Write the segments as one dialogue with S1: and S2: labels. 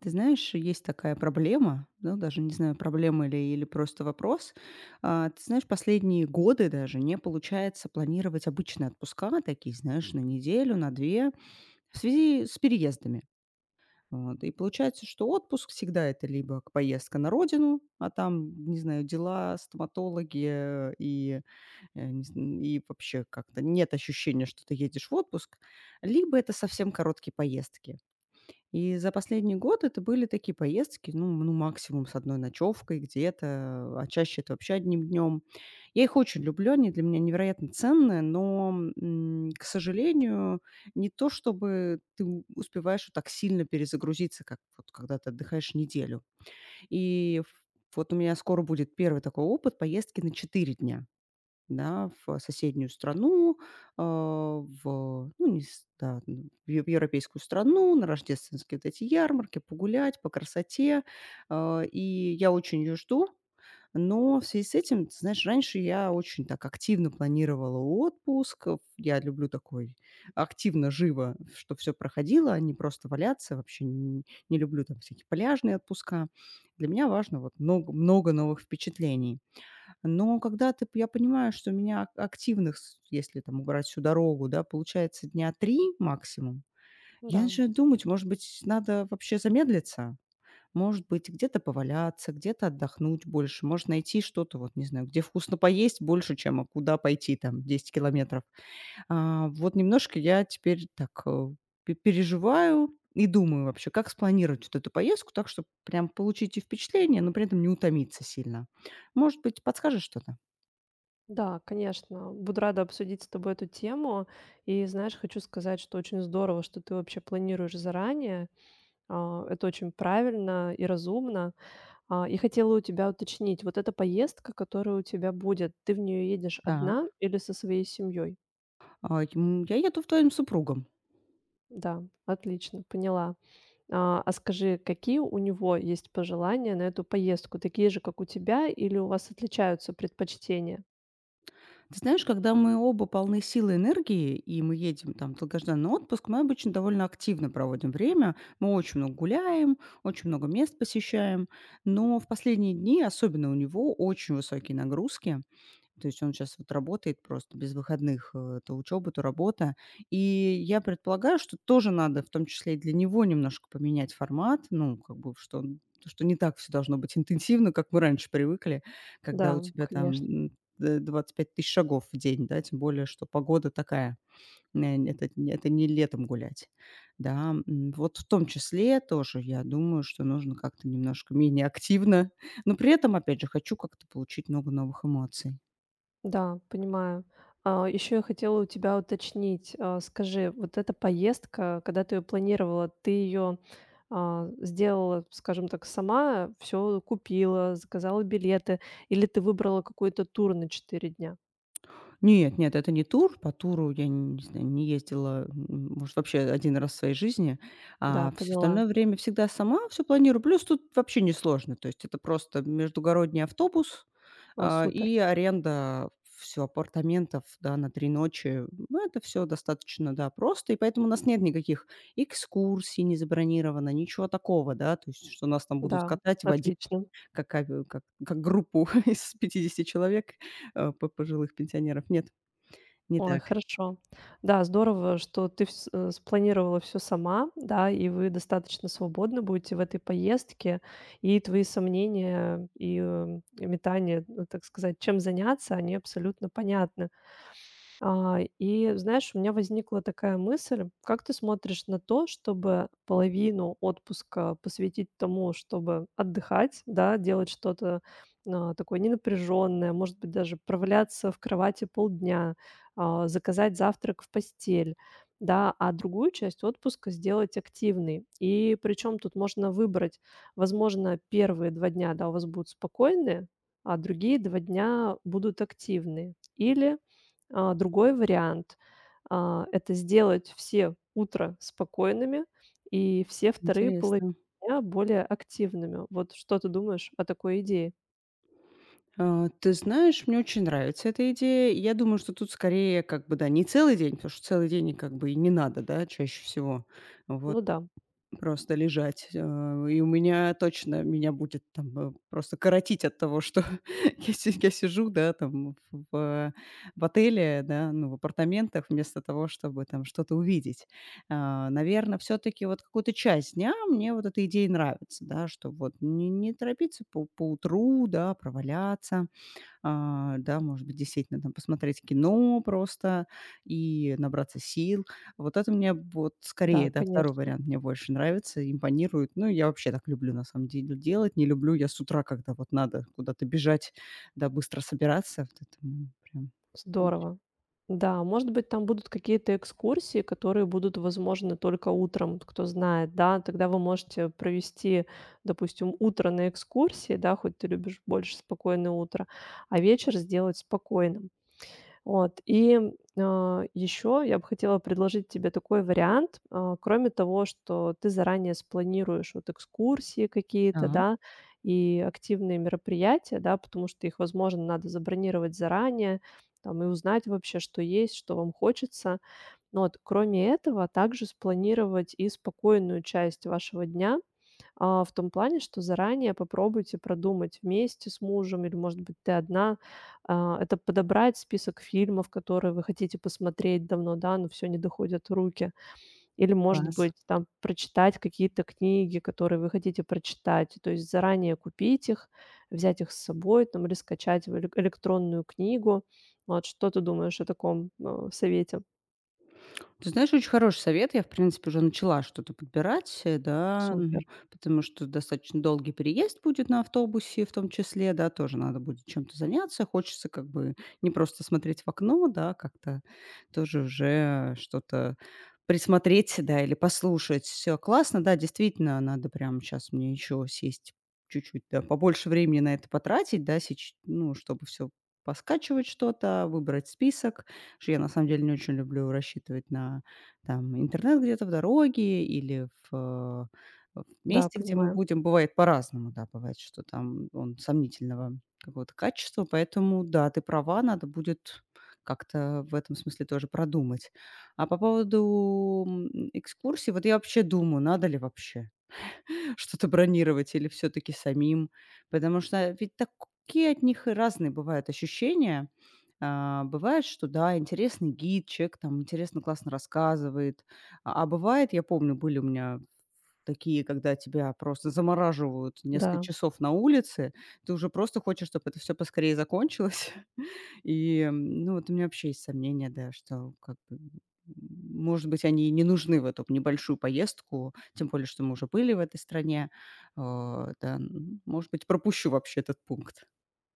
S1: Ты знаешь, есть такая проблема, ну, даже не знаю, проблема или просто вопрос. Ты знаешь, последние годы даже не получается планировать обычные отпуска, такие, знаешь, на неделю, на две, в связи с переездами. Вот, и получается, что отпуск всегда это либо поездка на родину, а там, не знаю, дела, стоматологи э, и, э, не зн- И вообще как-то нет ощущения, что ты едешь в отпуск, либо это совсем короткие поездки. И за последний год это были такие поездки, ну, максимум с одной ночевкой где-то, а чаще это вообще одним днем. Я их очень люблю, они для меня невероятно ценные, но, к сожалению, не то чтобы ты успеваешь вот так сильно перезагрузиться, как вот когда ты отдыхаешь неделю. И ф- вот у меня скоро будет первый такой опыт поездки на 4 дня, да, в соседнюю страну, а, в, ну, не с да, н в ев европейскую страну, на рождественские вот эти ярмарки, погулять по красоте. И я очень ее жду, но в связи с этим, ты знаешь, раньше я очень так активно планировала отпуск. Я люблю такой активно, живо, что все проходило, а не просто валяться. Вообще н не люблю там всякие пляжные отпуска. Для меня важно вот много много новых впечатлений. Но когда ты я понимаю, что у меня ак активных, с если там убрать всю дорогу, да, получается дня 3 максимум, я
S2: Да,
S1: начинаю думать, может быть, надо вообще замедлиться. Может быть, где-то поваляться, где-то отдохнуть больше. Может, найти что-то, вот не знаю, где вкусно поесть больше, чем куда пойти там 10 километров. Вот немножко я теперь так, э, пе переживаю и думаю вообще, как спланировать вот эту поездку так, чтобы прям получить и впечатление, но при этом не утомиться сильно. Может быть, подскажешь что-то?
S2: да, конечно. Буду рада обсудить с тобой эту тему. И знаешь, хочу сказать, что очень здорово, что ты вообще планируешь заранее. Это очень правильно и разумно. И хотела у тебя уточнить, вот эта поездка, которая у тебя будет, ты в нее едешь одна
S1: Так.
S2: или со своей семьей?
S1: Я еду в твоим супругом.
S2: Да, отлично, поняла. А скажи, какие у него есть пожелания на эту поездку? Такие же, как у тебя, или у вас отличаются предпочтения?
S1: Ты знаешь, когда мы оба полны силы и энергии, и мы едем там в долгожданный отпуск, мы обычно довольно активно проводим время. Мы очень много гуляем, очень много мест посещаем. Но в последние дни, особенно у него, очень высокие нагрузки. То есть он сейчас вот работает просто без выходных, то учёба, то работа. И я предполагаю, что тоже надо, в том числе и для него, немножко поменять формат. Ну, как бы, что не так все должно быть интенсивно, как мы раньше привыкли, когда
S2: Да,
S1: у тебя там,
S2: конечно.
S1: м, д 25 тысяч шагов в день, да. Тем более, что погода такая, н это не летом гулять, да. Вот в том числе тоже, я думаю, что нужно как-то немножко менее активно, но при этом, опять же, хочу как-то получить много новых эмоций.
S2: Да, понимаю. Еще я хотела у тебя уточнить. Скажи, вот эта поездка, когда ты ее планировала, ты ее сделала, скажем так, сама, все купила, заказала билеты, или ты выбрала какой-то тур на 4 дня?
S1: Нет, нет, это не тур. По туру я не знаю, не ездила, может, вообще один раз в своей жизни.
S2: Да,
S1: А все
S2: поняла.
S1: остальное время всегда сама все планирую. Плюс тут вообще несложно. То есть это просто междугородний автобус,
S2: А, супер.
S1: и аренда все апартаментов, да, на 3 ночи. Ну, это все достаточно, да, просто. И поэтому у нас нет никаких экскурсий не забронировано, ничего такого, да. То есть что нас там будут
S2: Да,
S1: катать, водить,
S2: отлично.
S1: как авиа как группу из 50 человек, э, п пожилых пенсионеров. Нет. Не
S2: Ой,
S1: так.
S2: хорошо. Да, здорово, что ты спланировала все сама, да, и вы достаточно свободно будете в этой поездке. И твои сомнения и метания, ну, так сказать, чем заняться, они абсолютно понятны. И знаешь, у меня возникла такая мысль: как ты смотришь на то, чтобы половину отпуска посвятить тому, чтобы отдыхать, да, делать что-то такое ненапряженное, может быть, даже проваляться в кровати полдня, заказать завтрак в постель, да, а другую часть отпуска сделать активной. И причем тут можно выбрать, возможно, первые 2 дня, да, у вас будут спокойные, а другие 2 дня будут активные. Или другой вариант, это сделать все утро спокойными и все вторые половины
S1: Интересно.
S2: дня более активными. Вот что ты думаешь о такой идее?
S1: Ты знаешь, мне очень нравится эта идея. Я думаю, что тут скорее как бы, да, не целый день, потому что целый день и как бы и не надо, да, чаще всего. Вот.
S2: Ну да,
S1: Просто лежать, и у меня точно меня будет там, просто коротить от того, что я сижу, да, там в в отеле, да, ну, в апартаментах, вместо того, чтобы там что-то увидеть. Наверное, все таки вот какую-то часть дня мне вот эта идея нравится, да, что вот не торопиться по утру, да, проваляться. Может быть, действительно там посмотреть кино просто и набраться сил. Вот это мне вот
S2: да,
S1: скорее, да, второй
S2: конечно.
S1: вариант мне больше нравится, импонирует. Ну, я вообще так люблю на самом деле делать. Не люблю я с утра, когда вот надо куда-то бежать, да, быстро собираться. Вот это, прям.
S2: Здорово. Да, может быть, там будут какие-то экскурсии, которые будут возможны только утром, вот кто знает, да. Тогда вы можете провести, допустим, утро на экскурсии, да, хоть ты любишь больше спокойное утро, а вечер сделать спокойным. Вот, и еще я бы хотела предложить тебе такой вариант. Кроме того, что ты заранее спланируешь вот экскурсии какие-то,
S1: Так,
S2: да, и активные мероприятия, да, потому что их, возможно, надо забронировать заранее, там, и узнать вообще, что есть, что вам хочется. Но вот кроме этого также спланировать и спокойную часть вашего дня. В том плане, что заранее попробуйте продумать вместе с мужем или, может быть, ты одна. Это подобрать список фильмов, которые вы хотите посмотреть давно, да, но все не доходят руки. Или, может
S1: класс.
S2: быть, там прочитать какие-то книги, которые вы хотите прочитать. То есть заранее купить их, взять их с собой там или скачать в электронную книгу. Вот что ты думаешь о таком совете?
S1: Ты знаешь, очень хороший совет. Я, в принципе, уже начала что-то подбирать, да,
S2: Супер.
S1: потому что достаточно долгий переезд будет на автобусе в том числе, да, тоже надо будет чем-то заняться. Хочется как бы не просто смотреть в окно, да, как-то тоже уже что-то присмотреть, да, или послушать. Все классно, да, действительно, надо прямо сейчас мне еще сесть чуть-чуть, да, побольше времени на это потратить, да, ну, чтобы все поскачивать что-то, выбрать список, что я на самом деле не очень люблю рассчитывать на интернет где-то в дороге или в, в
S2: Да,
S1: месте, где мы
S2: понимаю.
S1: будем. Бывает по-разному, да, бывает, что там он сомнительного какого-то качества. Поэтому, да, ты права, надо будет как-то в этом смысле тоже продумать. А по поводу экскурсий, вот я вообще думаю, надо ли вообще что-то бронировать или все таки самим. Потому что ведь такие от них и разные бывают ощущения. Бывает, что да, интересный гид, человек там интересно, классно рассказывает. А бывает, я помню, были у меня такие, когда тебя просто замораживают несколько
S2: Да.
S1: часов на улице, ты уже просто хочешь, чтобы это все поскорее закончилось. Ну, вот у меня вообще есть сомнения, да, что как бы, может быть, они и не нужны в эту небольшую поездку. Тем более, что мы уже были в этой стране. Может быть, пропущу вообще этот пункт.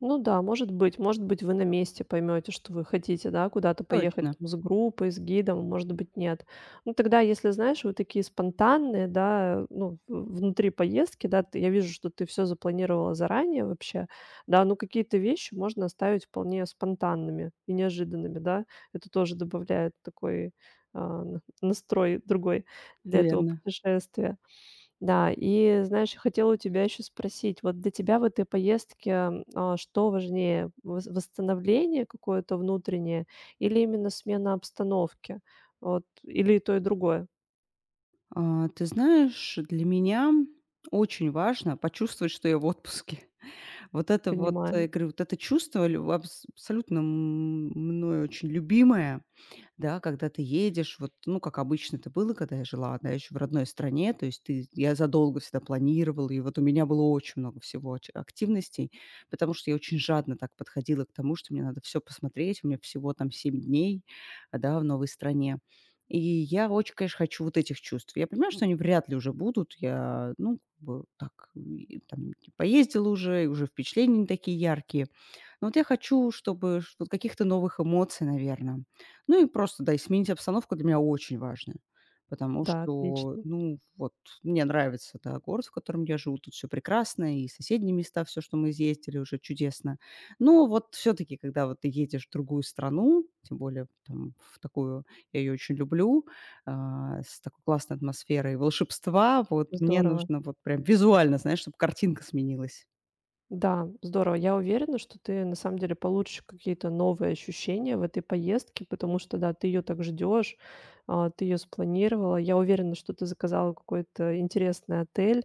S2: Ну да, может быть. Может быть, вы на месте поймете, что вы хотите, да, куда-то поехать
S1: Точно,
S2: там с группой, с гидом, может быть, нет. Ну, тогда, если, знаешь, вы такие спонтанные, да, ну, в внутри поездки, да, ты я вижу, что ты все запланировала заранее вообще, да, ну, какие-то вещи можно оставить вполне спонтанными и неожиданными, да. Это тоже добавляет такой на настрой другой для этого
S1: верно.
S2: путешествия. Да, и знаешь, я хотела у тебя еще спросить, вот для тебя в этой поездке, что важнее, восстановление какое-то внутреннее или именно смена обстановки? Вот, или и то, и другое?
S1: Ты знаешь, для меня очень важно почувствовать, что я в отпуске. Вот это вот,
S2: Понимаю.
S1: я говорю, вот это чувство лю абс абсолютно мною очень любимое. Да, когда ты едешь, вот, ну, как обычно это было, когда я жила одна еще в родной стране, то есть ты я задолго всегда планировала, и вот у меня было очень много всего ач активностей, потому что я очень жадно так подходила к тому, что мне надо все посмотреть, у меня всего там 7 дней, да, в новой стране. И я очень, конечно, хочу вот этих чувств. Я понимаю, что они вряд ли уже будут. Я, ну, как бы так, и там поездила уже, и уже впечатления не такие яркие. Но вот я хочу, чтобы ш вот каких-то новых эмоций, наверное. Ну и просто, да, и сменить обстановку для меня очень важно, потому
S2: Да,
S1: что,
S2: отлично.
S1: ну вот, мне нравится, да, город, в котором я живу, тут все прекрасно, и соседние места, все, что мы изъездили, уже чудесно. Но вот все таки когда вот ты едешь в другую страну, тем более там в такую, я ее очень люблю, с такой классной атмосферой волшебства, вот мне
S2: Здорово.
S1: нужно вот прям визуально, знаешь, чтобы картинка сменилась.
S2: Да, здорово. Я уверена, что ты на самом деле получишь какие-то новые ощущения в этой поездке, потому что, да, ты ее так ждешь, ты ее спланировала. Я уверена, что ты заказала какой-то интересный отель.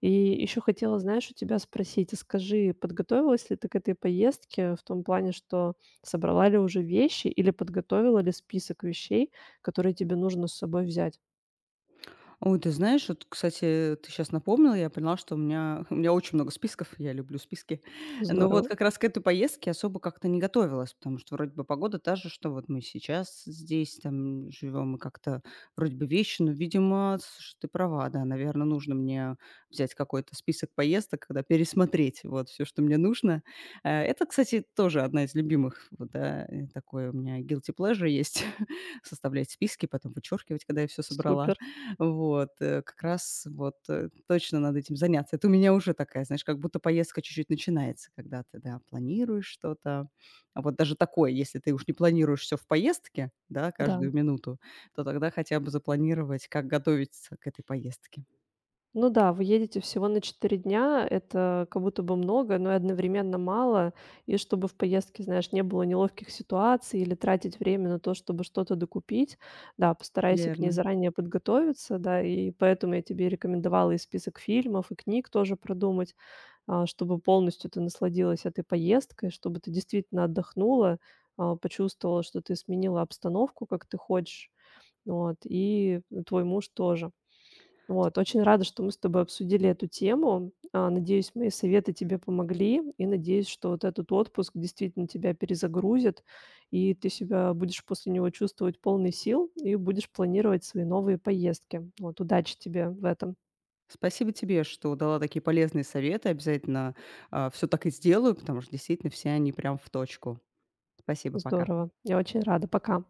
S2: И еще хотела, знаешь, у тебя спросить, а скажи, подготовилась ли ты к этой поездке в том плане, что собрала ли уже вещи или подготовила ли список вещей, которые тебе нужно с собой взять?
S1: Ой, ты знаешь, вот, кстати, ты сейчас напомнила, я поняла, что у меня у меня очень много списков, я люблю списки. Но вот
S2: Здорово,
S1: как раз к этой поездке особо как-то не готовилась, потому что вроде бы погода та же, что вот мы сейчас здесь там живем, и как-то вроде бы вещи, но, видимо, слушай, ты права, да, наверное, нужно мне взять какой-то список поездок, когда пересмотреть вот все, что мне нужно. Это, кстати, тоже одна из любимых, вот, да, такое у меня guilty pleasure составлять списки, потом вычеркивать, когда я все собрала.
S2: супер,
S1: Вот, как раз вот, точно надо этим заняться. Это у меня уже такая, знаешь, как будто поездка чуть-чуть начинается, когда ты, да, планируешь что-то. А вот даже такое, если ты уж не планируешь все в поездке, да,
S2: да.
S1: каждую минуту, то тогда хотя бы запланировать, как готовиться к этой поездке.
S2: Ну да, вы едете всего на 4 дня, это как будто бы много, но и одновременно мало. И чтобы в поездке, знаешь, не было неловких ситуаций или тратить время на то, чтобы что-то докупить, да, постарайся к ней
S1: Верно.
S2: заранее подготовиться, да, и поэтому я тебе рекомендовала и список фильмов, и книг тоже продумать, чтобы полностью ты насладилась этой поездкой, чтобы ты действительно отдохнула, почувствовала, что ты сменила обстановку, как ты хочешь, вот, и твой муж тоже. Вот, очень рада, что мы с тобой обсудили эту тему. Надеюсь, мои советы тебе помогли, и надеюсь, что вот этот отпуск действительно тебя перезагрузит, и ты себя будешь после него чувствовать полной сил и будешь планировать свои новые поездки. Вот, удачи тебе в этом.
S1: Спасибо тебе, что дала такие полезные советы. Обязательно, все так и сделаю, потому что действительно все они прям в точку. Спасибо, пока.
S2: Здорово. Я очень рада. Пока.